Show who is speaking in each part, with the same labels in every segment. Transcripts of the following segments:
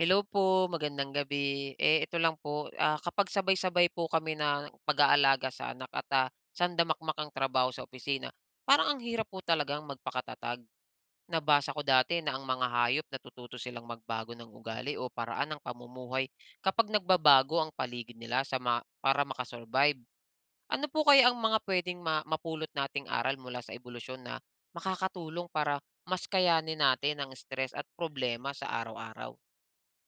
Speaker 1: Hello po, magandang gabi. Eh, ito lang po, kapag sabay-sabay po kami na pag-aalaga sa anak at sandamakmak ang trabaho sa opisina, parang ang hirap po talagang magpakatatag. Nabasa ko dati na ang mga hayop natututo silang magbago ng ugali o paraan ng pamumuhay kapag nagbabago ang paligid nila sa para makasurvive. Ano po kaya ang mga pwedeng mapulot nating aral mula sa ebolusyon na makakatulong para mas kayanin natin ang stress at problema sa araw-araw?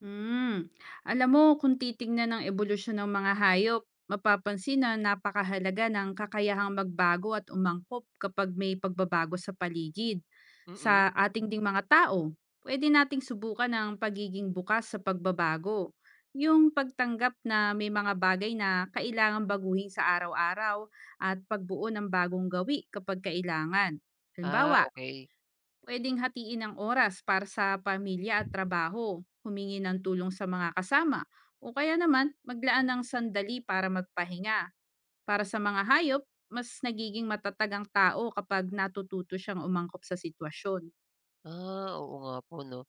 Speaker 2: Hmm. Alam mo kung titingnan ang ebolusyon ng mga hayop, mapapansin na napakahalaga ng kakayahang magbago at umangkop kapag may pagbabago sa paligid.
Speaker 1: Mm.
Speaker 2: Sa ating ding mga tao, pwede nating subukan ang pagiging bukas sa pagbabago. Yung pagtanggap na may mga bagay na kailangan baguhin sa araw-araw at pagbuo ng bagong gawi kapag kailangan.
Speaker 1: Ah,
Speaker 2: Halimbawa,
Speaker 1: okey.
Speaker 2: pwedeng hatiin ang oras para sa pamilya at trabaho, humingi ng tulong sa mga kasama, o kaya naman maglaan ng sandali para magpahinga. Para sa mga hayop, mas nagiging matatag ang tao kapag natututo siyang umangkop sa sitwasyon.
Speaker 1: Ah, oo nga po 'no.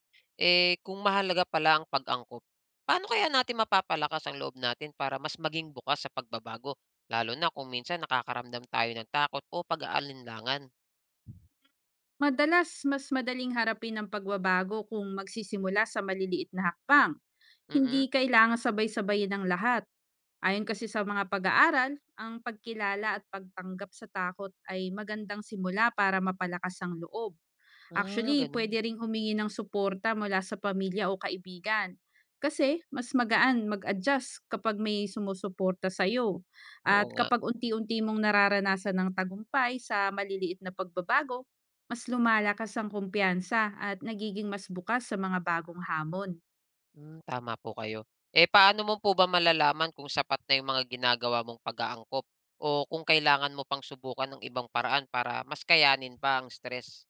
Speaker 1: Eh, kung mahalaga pala ang pag-angkop, paano kaya natin mapapalakas ang loob natin para mas maging bukas sa pagbabago, lalo na kung minsan nakakaramdam tayo ng takot o pag-aalinlangan?
Speaker 2: Madalas, mas madaling harapin ang pagbabago kung magsisimula sa maliliit na hakbang. Hindi
Speaker 1: Mm.
Speaker 2: kailangan sabay-sabayin ang lahat. Ayon kasi sa mga pag-aaral, ang pagkilala at pagtanggap sa takot ay magandang simula para mapalakas ang loob.
Speaker 1: Ah,
Speaker 2: Actually,
Speaker 1: gano'n.
Speaker 2: puwede ring humingi ng suporta mula sa pamilya o kaibigan. Kasi mas magaan mag-adjust kapag may sumusuporta sa'yo.
Speaker 1: Oo
Speaker 2: At
Speaker 1: nga.
Speaker 2: kapag unti-unti mong nararanasan ng tagumpay sa maliliit na pagbabago, mas lumalakas ang kumpiyansa at nagiging mas bukas sa mga bagong hamon.
Speaker 1: Hmm, tama po kayo. Eh, paano mo po ba malalaman kung sapat na yung mga ginagawa mong pag-aangkop o kung kailangan mo pang subukan ng ibang paraan para mas kayanin pa ang stress?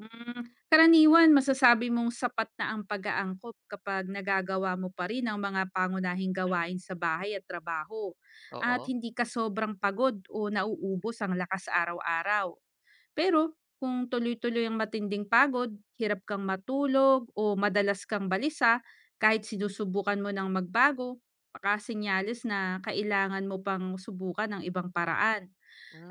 Speaker 2: Karaniwan, masasabi mong sapat na ang pag-aangkop kapag nagagawa mo pa rin ang mga pangunahing gawain sa bahay at trabaho at
Speaker 1: Oo.
Speaker 2: hindi ka sobrang pagod o nauubos ang lakas araw-araw. Pero kung tuloy-tuloy ang matinding pagod, hirap kang matulog o madalas kang balisa kahit sinusubukan mo ng magbago, baka senyales na kailangan mo pang subukan ng ibang paraan.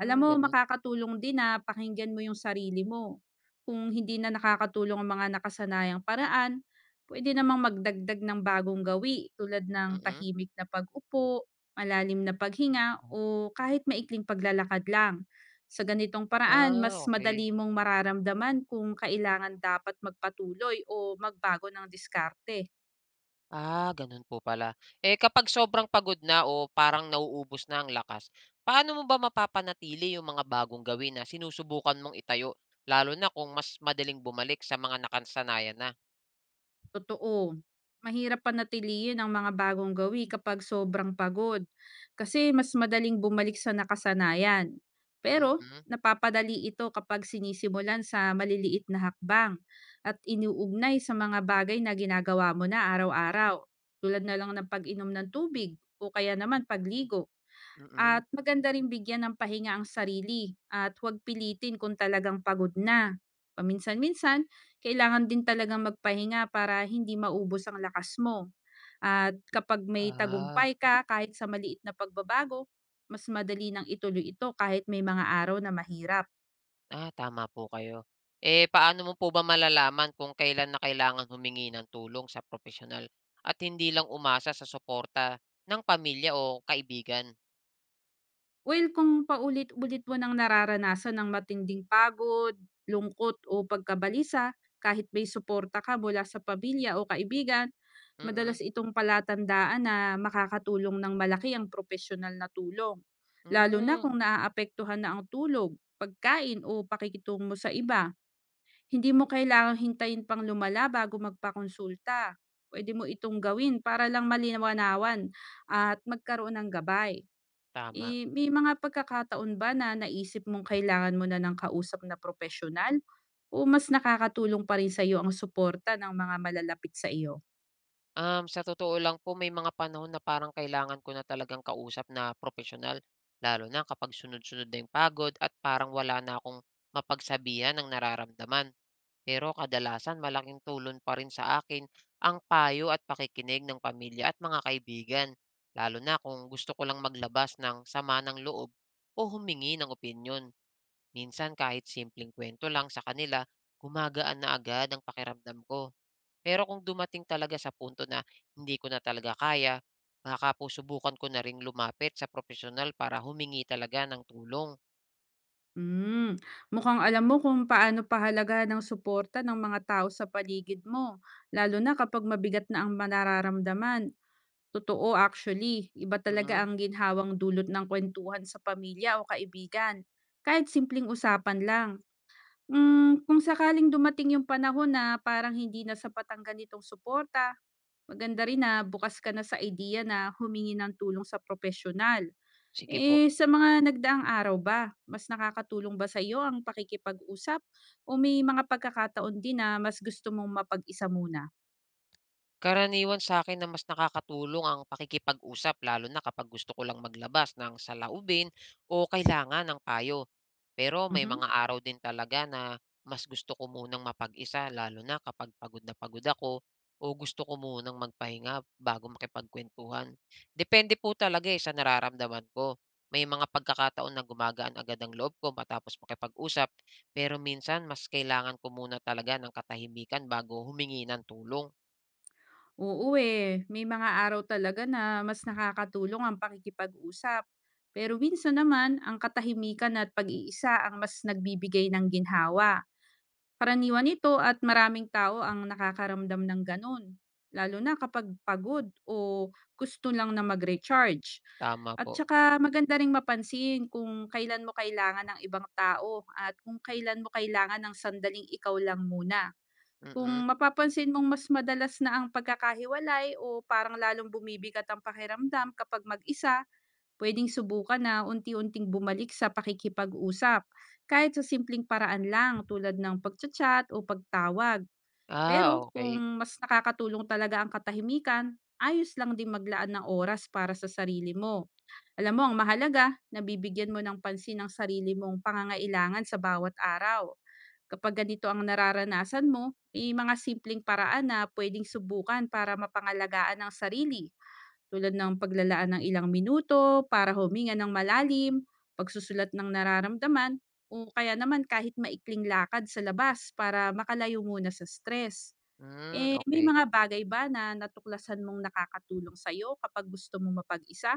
Speaker 2: Alam mo,
Speaker 1: gano'n.
Speaker 2: makakatulong din na pakinggan mo yung sarili mo. Kung hindi na nakakatulong ang mga nakasanayang paraan, puwede namang magdagdag ng bagong gawi tulad ng
Speaker 1: Mm.
Speaker 2: tahimik na pag-upo, malalim na paghinga o kahit maikling paglalakad lang. Sa ganitong paraan, mas
Speaker 1: Ah, okay.
Speaker 2: madali mong mararamdaman kung kailangan dapat magpatuloy o magbago ng diskarte.
Speaker 1: Ah, gano'n po pala. Eh, kapag sobrang pagod na o parang nauubos na ang lakas, paano mo ba mapapanatili yung mga bagong gawin na sinusubukan mong itayo, lalo na kung mas madaling bumalik sa mga nakasanayan na?
Speaker 2: Totoo. Mahirap panatilihin ang mga bagong gawi kapag sobrang pagod kasi mas madaling bumalik sa nakasanayan. Pero
Speaker 1: Mm,
Speaker 2: napapadali ito kapag sinisimulan sa maliliit na hakbang at iniuugnay sa mga bagay na ginagawa mo na araw-araw tulad na lang ng pag-inom ng tubig o kaya naman pagligo.
Speaker 1: mm.
Speaker 2: At maganda rin bigyan ng pahinga ang sarili at huwag pilitin kung talagang pagod na. Paminsan-minsan, kailangan din talagang magpahinga para hindi maubos ang lakas mo. At kapag may
Speaker 1: Ah,
Speaker 2: tagumpay ka kahit sa maliit na pagbabago, mas madali nang ituloy ito kahit may mga araw na mahirap.
Speaker 1: ah, tama po kayo. Eh, paano mo po ba malalaman kung kailan na kailangan humingi ng tulong sa propesyonal at hindi lang umasa sa suporta ng pamilya o kaibigan?
Speaker 2: Well, kung paulit-ulit mo nang nararanasan ng matinding pagod, lungkot o pagkabalisa kahit may suporta ka mula sa pamilya o kaibigan,
Speaker 1: Mm-mm.
Speaker 2: madalas itong palatandaan na makakatulong ng malaki ang profesional na tulong. Lalo na
Speaker 1: Mm, hmm,
Speaker 2: kung naaapektuhan na ang tulog, pagkain o pakikitungo sa iba. Hindi mo kailangang hintayin pang lumala bago magpakonsulta. Pwede mo itong gawin para lang malinawan at magkaroon ng gabay.
Speaker 1: tama.
Speaker 2: Eh, may mga pagkakataon ba na naisip mong kailangan mo na ng kausap na profesional, o mas nakakatulong pa rin sa'yo ang suporta ng mga malalapit sa iyo?
Speaker 1: Sa totoo lang po may mga panahon na parang kailangan ko na talagang kausap na profesional lalo na kapag sunod-sunod na yung pagod at parang wala na akong mapagsabihan ng nararamdaman. Pero kadalasan malaking tulong pa rin sa akin ang payo at pakikinig ng pamilya at mga kaibigan, lalo na kung gusto ko lang maglabas ng sama ng loob o humingi ng opinyon. Minsan kahit simpleng kwento lang sa kanila, gumagaan na agad ang pakiramdam ko. Pero kung dumating talaga sa punto na hindi ko na talaga kaya, baka po subukan ko na ring lumapit sa profesional para humingi talaga ng tulong.
Speaker 2: Hmm, Mukhang alam mo kung paano pahalaga ng suporta ng mga tao sa paligid mo, lalo na kapag mabigat na ang manararamdaman. Totoo, actually, iba talaga
Speaker 1: Mm.
Speaker 2: ang ginhawang dulot ng kwentuhan sa pamilya o kaibigan, kahit simpleng usapan lang. Kung sakaling dumating yung panahon na parang hindi na sapat ang ganitong suporta, maganda rin na bukas ka na sa idea na humingi ng tulong sa profesional.
Speaker 1: Sige po.
Speaker 2: Eh, sa mga nagdaang araw ba, mas nakakatulong ba sa iyo ang pakikipag-usap o may mga pagkakataon din na mas gusto mong mapag-isa muna?
Speaker 1: Karaniwan sa akin na mas nakakatulong ang pakikipag-usap lalo na kapag gusto ko lang maglabas ng saloobin o kailangan ng payo. Pero may
Speaker 2: Mhm.
Speaker 1: mga araw din talaga na mas gusto ko munang mapag-isa lalo na kapag pagod na pagod ako o gusto ko munang magpahinga bago makipagkuwentuhan. Depende po talaga, eh, sa nararamdaman ko. May mga pagkakataon na gumagaan agad ang loob ko matapos makipag-usap, pero minsan mas kailangan ko muna talaga ng katahimikan bago humingi ng tulong.
Speaker 2: Oo eh, may mga araw talaga na mas nakakatulong ang pakikipag-usap. Pero minsan naman, ang katahimikan at pag-iisa ang mas nagbibigay ng ginhawa. Karaniwan ito, at maraming tao ang nakakaramdam ng gano'n, lalo na kapag pagod o gusto lang na mag-recharge.
Speaker 1: Tama
Speaker 2: At
Speaker 1: po,
Speaker 2: saka maganda ring mapansin kung kailan mo kailangan ng ibang tao at kung kailan mo kailangan ng sandaling ikaw lang muna. Kung
Speaker 1: mm.
Speaker 2: mapapansin mong mas madalas na ang pagkakahiwalay o parang lalong bumibigat ang pakiramdam kapag mag-isa, puwedeng subukan na unti-unting bumalik sa pakikipag-usap, kahit sa simpleng paraan lang tulad ng pagcha-chat o pagtawag.
Speaker 1: Ah,
Speaker 2: Pero
Speaker 1: okey.
Speaker 2: kung mas nakakatulong talaga ang katahimikan, ayos lang din maglaan ng oras para sa sarili mo. Alam mo, ang mahalaga, nabibigyan mo ng pansin ang sarili mong pangangailangan sa bawat araw. Kapag ganito ang nararanasan mo, may mga simpleng paraan na pwedeng subukan para mapangalagaan ang sarili tulad ng paglalaan ng ilang minuto para huminga ng malalim, pagsusulat ng nararamdaman, o kaya naman kahit maikling lakad sa labas para makalayo muna sa stress.
Speaker 1: Hmm,
Speaker 2: Eh, may
Speaker 1: okey.
Speaker 2: mga bagay ba na natuklasan mong nakakatulong sa'yo kapag gusto mong mapag-isa?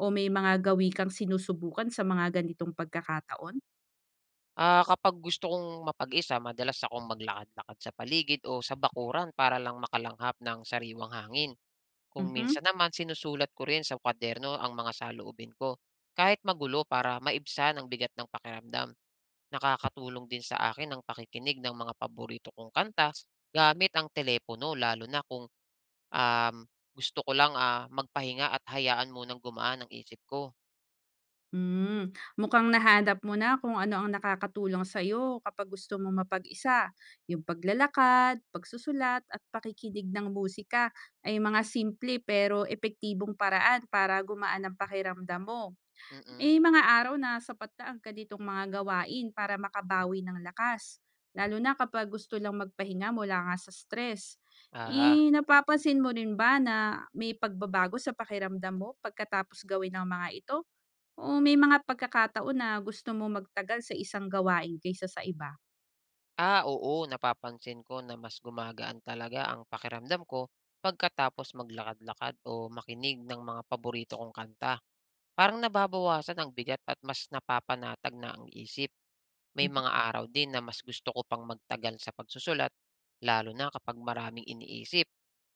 Speaker 2: O may mga gawi kang sinusubukan sa mga ganitong pagkakataon?
Speaker 1: Ah, kapag gusto kong mapag-isa madalas akong maglakad-lakad sa paligid o sa bakuran para lang makalanghap ng sariwang hangin. Kung
Speaker 2: Mhm.
Speaker 1: minsan naman sinusulat ko rin sa kwaderno ang mga saloobin ko, kahit magulo para maibsan ang bigat ng pakiramdam. Nakakatulong din sa akin ang pakikinig ng mga paborito kong kanta gamit ang telepono lalo na kung, um, gusto ko lang, magpahinga at hayaan munang gumaan ang isip ko.
Speaker 2: Mukhang nahanap mo na kung ano ang nakakatulong sa'yo kapag gusto mo mapag-isa. Yung paglalakad, pagsusulat, at pakikinig ng musika ay mga simple pero epektibong paraan para gumaan ang pakiramdam mo.
Speaker 1: Mm.
Speaker 2: May mga araw na sapat na ang ganitong mga gawain para makabawi ng lakas, lalo na kapag gusto lang magpahinga mula nga sa stress.
Speaker 1: Ah,
Speaker 2: Eh, napapansin mo rin ba na may pagbabago sa pakiramdam mo pagkatapos gawin ng mga ito? Oo, may mga pagkakataon na gusto mo magtagal sa isang gawain kaysa sa iba.
Speaker 1: Ah, oo, napapansin ko na mas gumagaan talaga ang pakiramdam ko pagkatapos maglakad-lakad o makinig ng mga paborito kong kanta. Parang nababawasan ang bigat at mas napapanatag na ang isip.
Speaker 2: Hmm.
Speaker 1: May mga araw din na mas gusto ko pang magtagal sa pagsusulat, lalo na kapag maraming iniisip.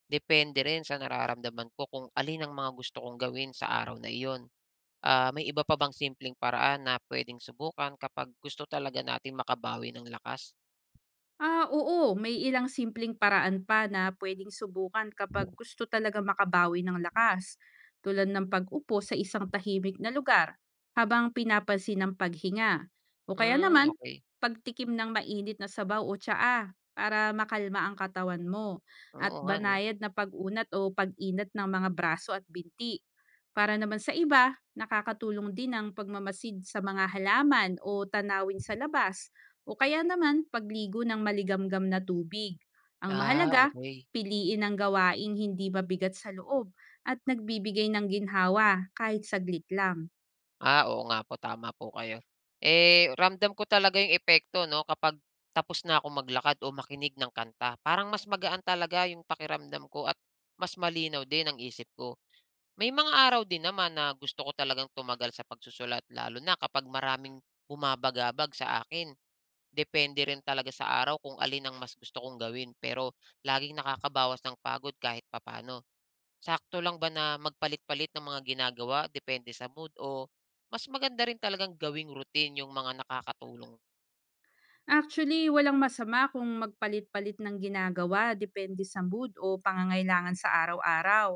Speaker 1: Depende rin sa nararamdaman ko kung alin ang mga gusto kong gawin sa araw na iyon. Ah, may iba pa bang simpleng paraan na pwedeng subukan kapag gusto talaga natin makabawi ng lakas?
Speaker 2: Ah, oo, may ilang simpleng paraan pa na pwedeng subukan kapag gusto talaga makabawi ng lakas, tulad ng pag-upo sa isang tahimik na lugar habang pinapansin ang paghinga. O kaya
Speaker 1: Hmm,
Speaker 2: naman,
Speaker 1: okey.
Speaker 2: pagtikim ng mainit na sabaw o tsaa para makalma ang katawan mo
Speaker 1: Oo
Speaker 2: at
Speaker 1: nga 'no.
Speaker 2: banayad na pag-unat o pag-inat ng mga braso at binti. Para naman sa iba, nakakatulong din ang pagmamasid sa mga halaman o tanawin sa labas o kaya naman pagligo ng maligamgam na tubig. Ang
Speaker 1: Ah,
Speaker 2: mahalaga,
Speaker 1: okey.
Speaker 2: piliin ang gawaing hindi mabigat sa loob at nagbibigay ng ginhawa kahit saglit lang.
Speaker 1: Ah, oo nga po, tama po kayo. Eh, ramdam ko talaga yung epekto 'no, kapag tapos na akong maglakad o makinig ng kanta. Parang mas magaan talaga yung pakiramdam ko at mas malinaw din ang isip ko. May mga araw din naman na gusto ko talagang tumagal sa pagsusulat, lalo na kapag maraming bumabagabag sa akin. Depende rin talaga sa araw kung alin ang mas gusto kong gawin pero laging nakakabawas ng pagod kahit papaano. Sakto lang ba na magpalit-palit ng mga ginagawa depende sa mood o mas maganda rin talagang gawing routine yung mga nakakatulong?
Speaker 2: Actually, walang masama kung magpalit-palit ng ginagawa depende sa mood o pangangailangan sa araw-araw.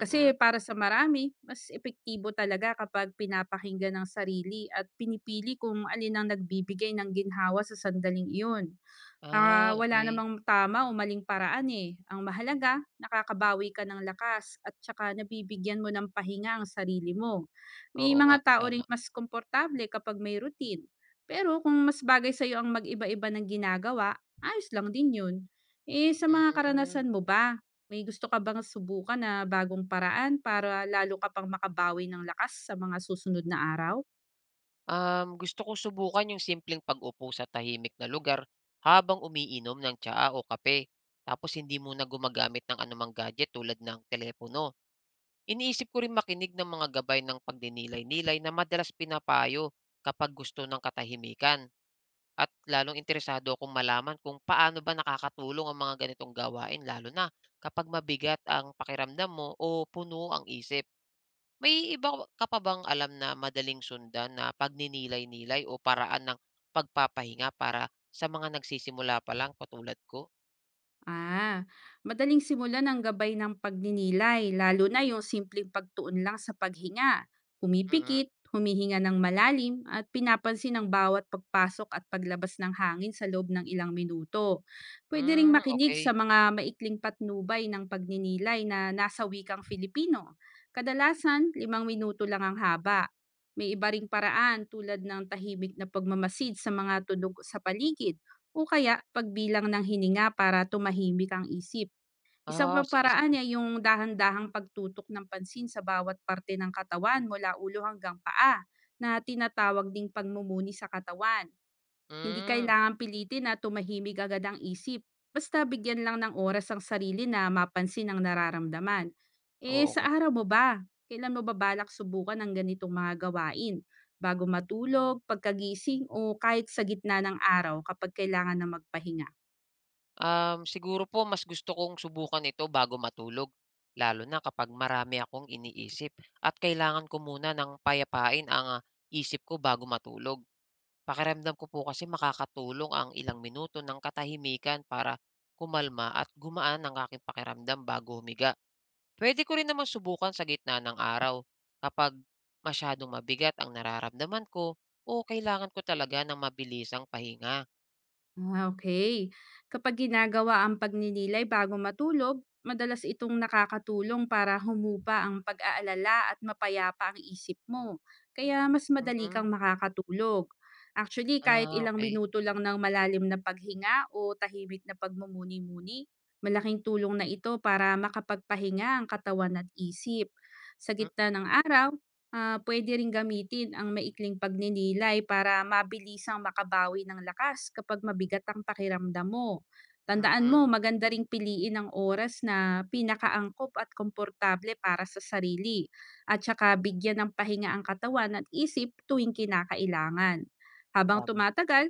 Speaker 2: Kasi para sa marami, mas epektibo talaga kapag pinapakinggan ng sarili at pinipili kung alin ang nagbibigay ng ginhawa sa sandaling iyon.
Speaker 1: Ah,
Speaker 2: Ah, wala
Speaker 1: okey.
Speaker 2: namang tama o maling paraan, eh. Ang mahalaga, nakakabawi ka ng lakas at saka nabibigyan mo ng pahinga ang sarili mo. May
Speaker 1: Oo nga,
Speaker 2: mga tao
Speaker 1: tama.
Speaker 2: ring mas komportable kapag may routine. Pero kung mas bagay sa'yo ang mag-iba-iba ng ginagawa, ayos lang din yun. Eh, sa mga
Speaker 1: Hmm.
Speaker 2: karanasan mo ba, may gusto ka bang subukan na bagong paraan para lalo ka pang makabawi ng lakas sa mga susunod na araw?
Speaker 1: Gusto ko subukan yung simpleng pag-upo sa tahimik na lugar habang umiinom ng tsaa o kape, tapos hindi muna gumagamit ng anumang gadget tulad ng telepono. Iniisip ko rin makinig ng mga gabay ng pagdinilay-nilay na madalas pinapayo kapag gusto ng katahimikan. At lalong interesado akong malaman kung paano ba nakakatulong ang mga ganitong gawain lalo na kapag mabigat ang pakiramdam mo o puno ang isip. May iba ka pa bang alam na madaling sundan na pagninilay-nilay o paraan ng pagpapahinga para sa mga nagsisimula pa lang katulad ko?
Speaker 2: Ah, madaling simulan ang gabay ng pagninilay, lalo na yung simpleng pagtuon lang sa paghinga.
Speaker 1: Mm.
Speaker 2: Pumipikit, humihinga ng malalim, at pinapansin ang bawat pagpasok at paglabas ng hangin sa loob ng ilang minuto. Pwede ring
Speaker 1: Hmm,
Speaker 2: makinig sa
Speaker 1: okey.
Speaker 2: mga maikling patnubay ng pagninilay na nasa wikang Filipino. Kadalasan, 5 minuto lang ang haba. May iba ring paraan tulad ng tahimik na pagmamasid sa mga tunog sa paligid o kaya pagbilang ng hininga para tumahimik ang isip. Isang
Speaker 1: Ah,
Speaker 2: pang
Speaker 1: sige,
Speaker 2: paraan
Speaker 1: sige.
Speaker 2: ay yung dahan-dahang pagtutok ng pansin sa bawat parte ng katawan mula ulo hanggang paa na tinatawag ding pagmumuni sa katawan. Hindi
Speaker 1: Hmm,
Speaker 2: kailangan pilitin na tumahimig agad ang isip. Basta bigyan lang ng oras ang sarili na mapansin ang nararamdaman. Eh,
Speaker 1: oo
Speaker 2: sa
Speaker 1: nga.
Speaker 2: araw mo ba? Kailan mo ba balak subukan ang ganitong mga gawain? Bago matulog, pagkagising, o kahit sa gitna ng araw kapag kailangan na magpahinga?
Speaker 1: Siguro po mas gusto kong subukan ito bago matulog, lalo na kapag marami akong iniisip at kailangan ko muna ng payapain ang isip ko bago matulog. Pakiramdam ko po kasi makakatulong ang ilang minuto ng katahimikan para kumalma at gumaan ang aking pakiramdam bago humiga. Pwede ko rin naman subukan sa gitna ng araw kapag masyadong mabigat ang nararamdaman ko o kailangan ko talaga ng mabilisang pahinga.
Speaker 2: Ah, okey. Kapag ginagawa ang pagninilay bago matulog, madalas itong nakakatulong para humupa ang pag-aalala at mapayapa ang isip mo, kaya mas madali kang
Speaker 1: Mm.
Speaker 2: makakatulog. Actually, kahit
Speaker 1: Ah,
Speaker 2: ilang
Speaker 1: okay.
Speaker 2: minuto lang ng malalim na paghinga o tahimik na pagmumuni-muni, malaking tulong na ito para makapagpahinga ang katawan at isip. Sa gitna ng araw, pwede ring gamitin ang maikling pagninilay para mabilisang makabawi ng lakas kapag mabigat ang pakiramdam mo.
Speaker 1: Mm,
Speaker 2: Tandaan mo,
Speaker 1: mm.
Speaker 2: maganda ring piliin ang oras na pinakaangkop at komportable para sa sarili at saka bigyan ng pahinga ang katawan at isip tuwing kinakailangan. Habang
Speaker 1: Tama.
Speaker 2: tumatagal,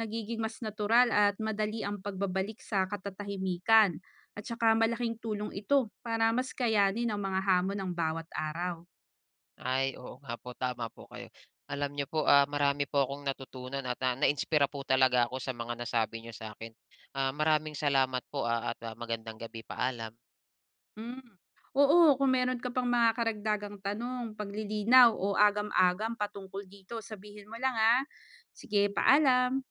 Speaker 2: nagiging mas natural at madali ang pagbabalik sa katatahimikan at saka malaking tulong ito para mas kayanin ang mga hamon ng bawat araw.
Speaker 1: Ay, oo nga po, tama po kayo. Alam niyo po, marami po akong natutunan at, naiinspira po talaga ako sa mga nasabi niyo sa akin. Ah, maraming salamat po, at, magandang gabi. Paalam.
Speaker 2: Hmm. Oo, kung meron ka pang mga karagdagang tanong, paglilinaw o agam-agam patungkol dito, sabihin mo lang, ah. Sige, paalam.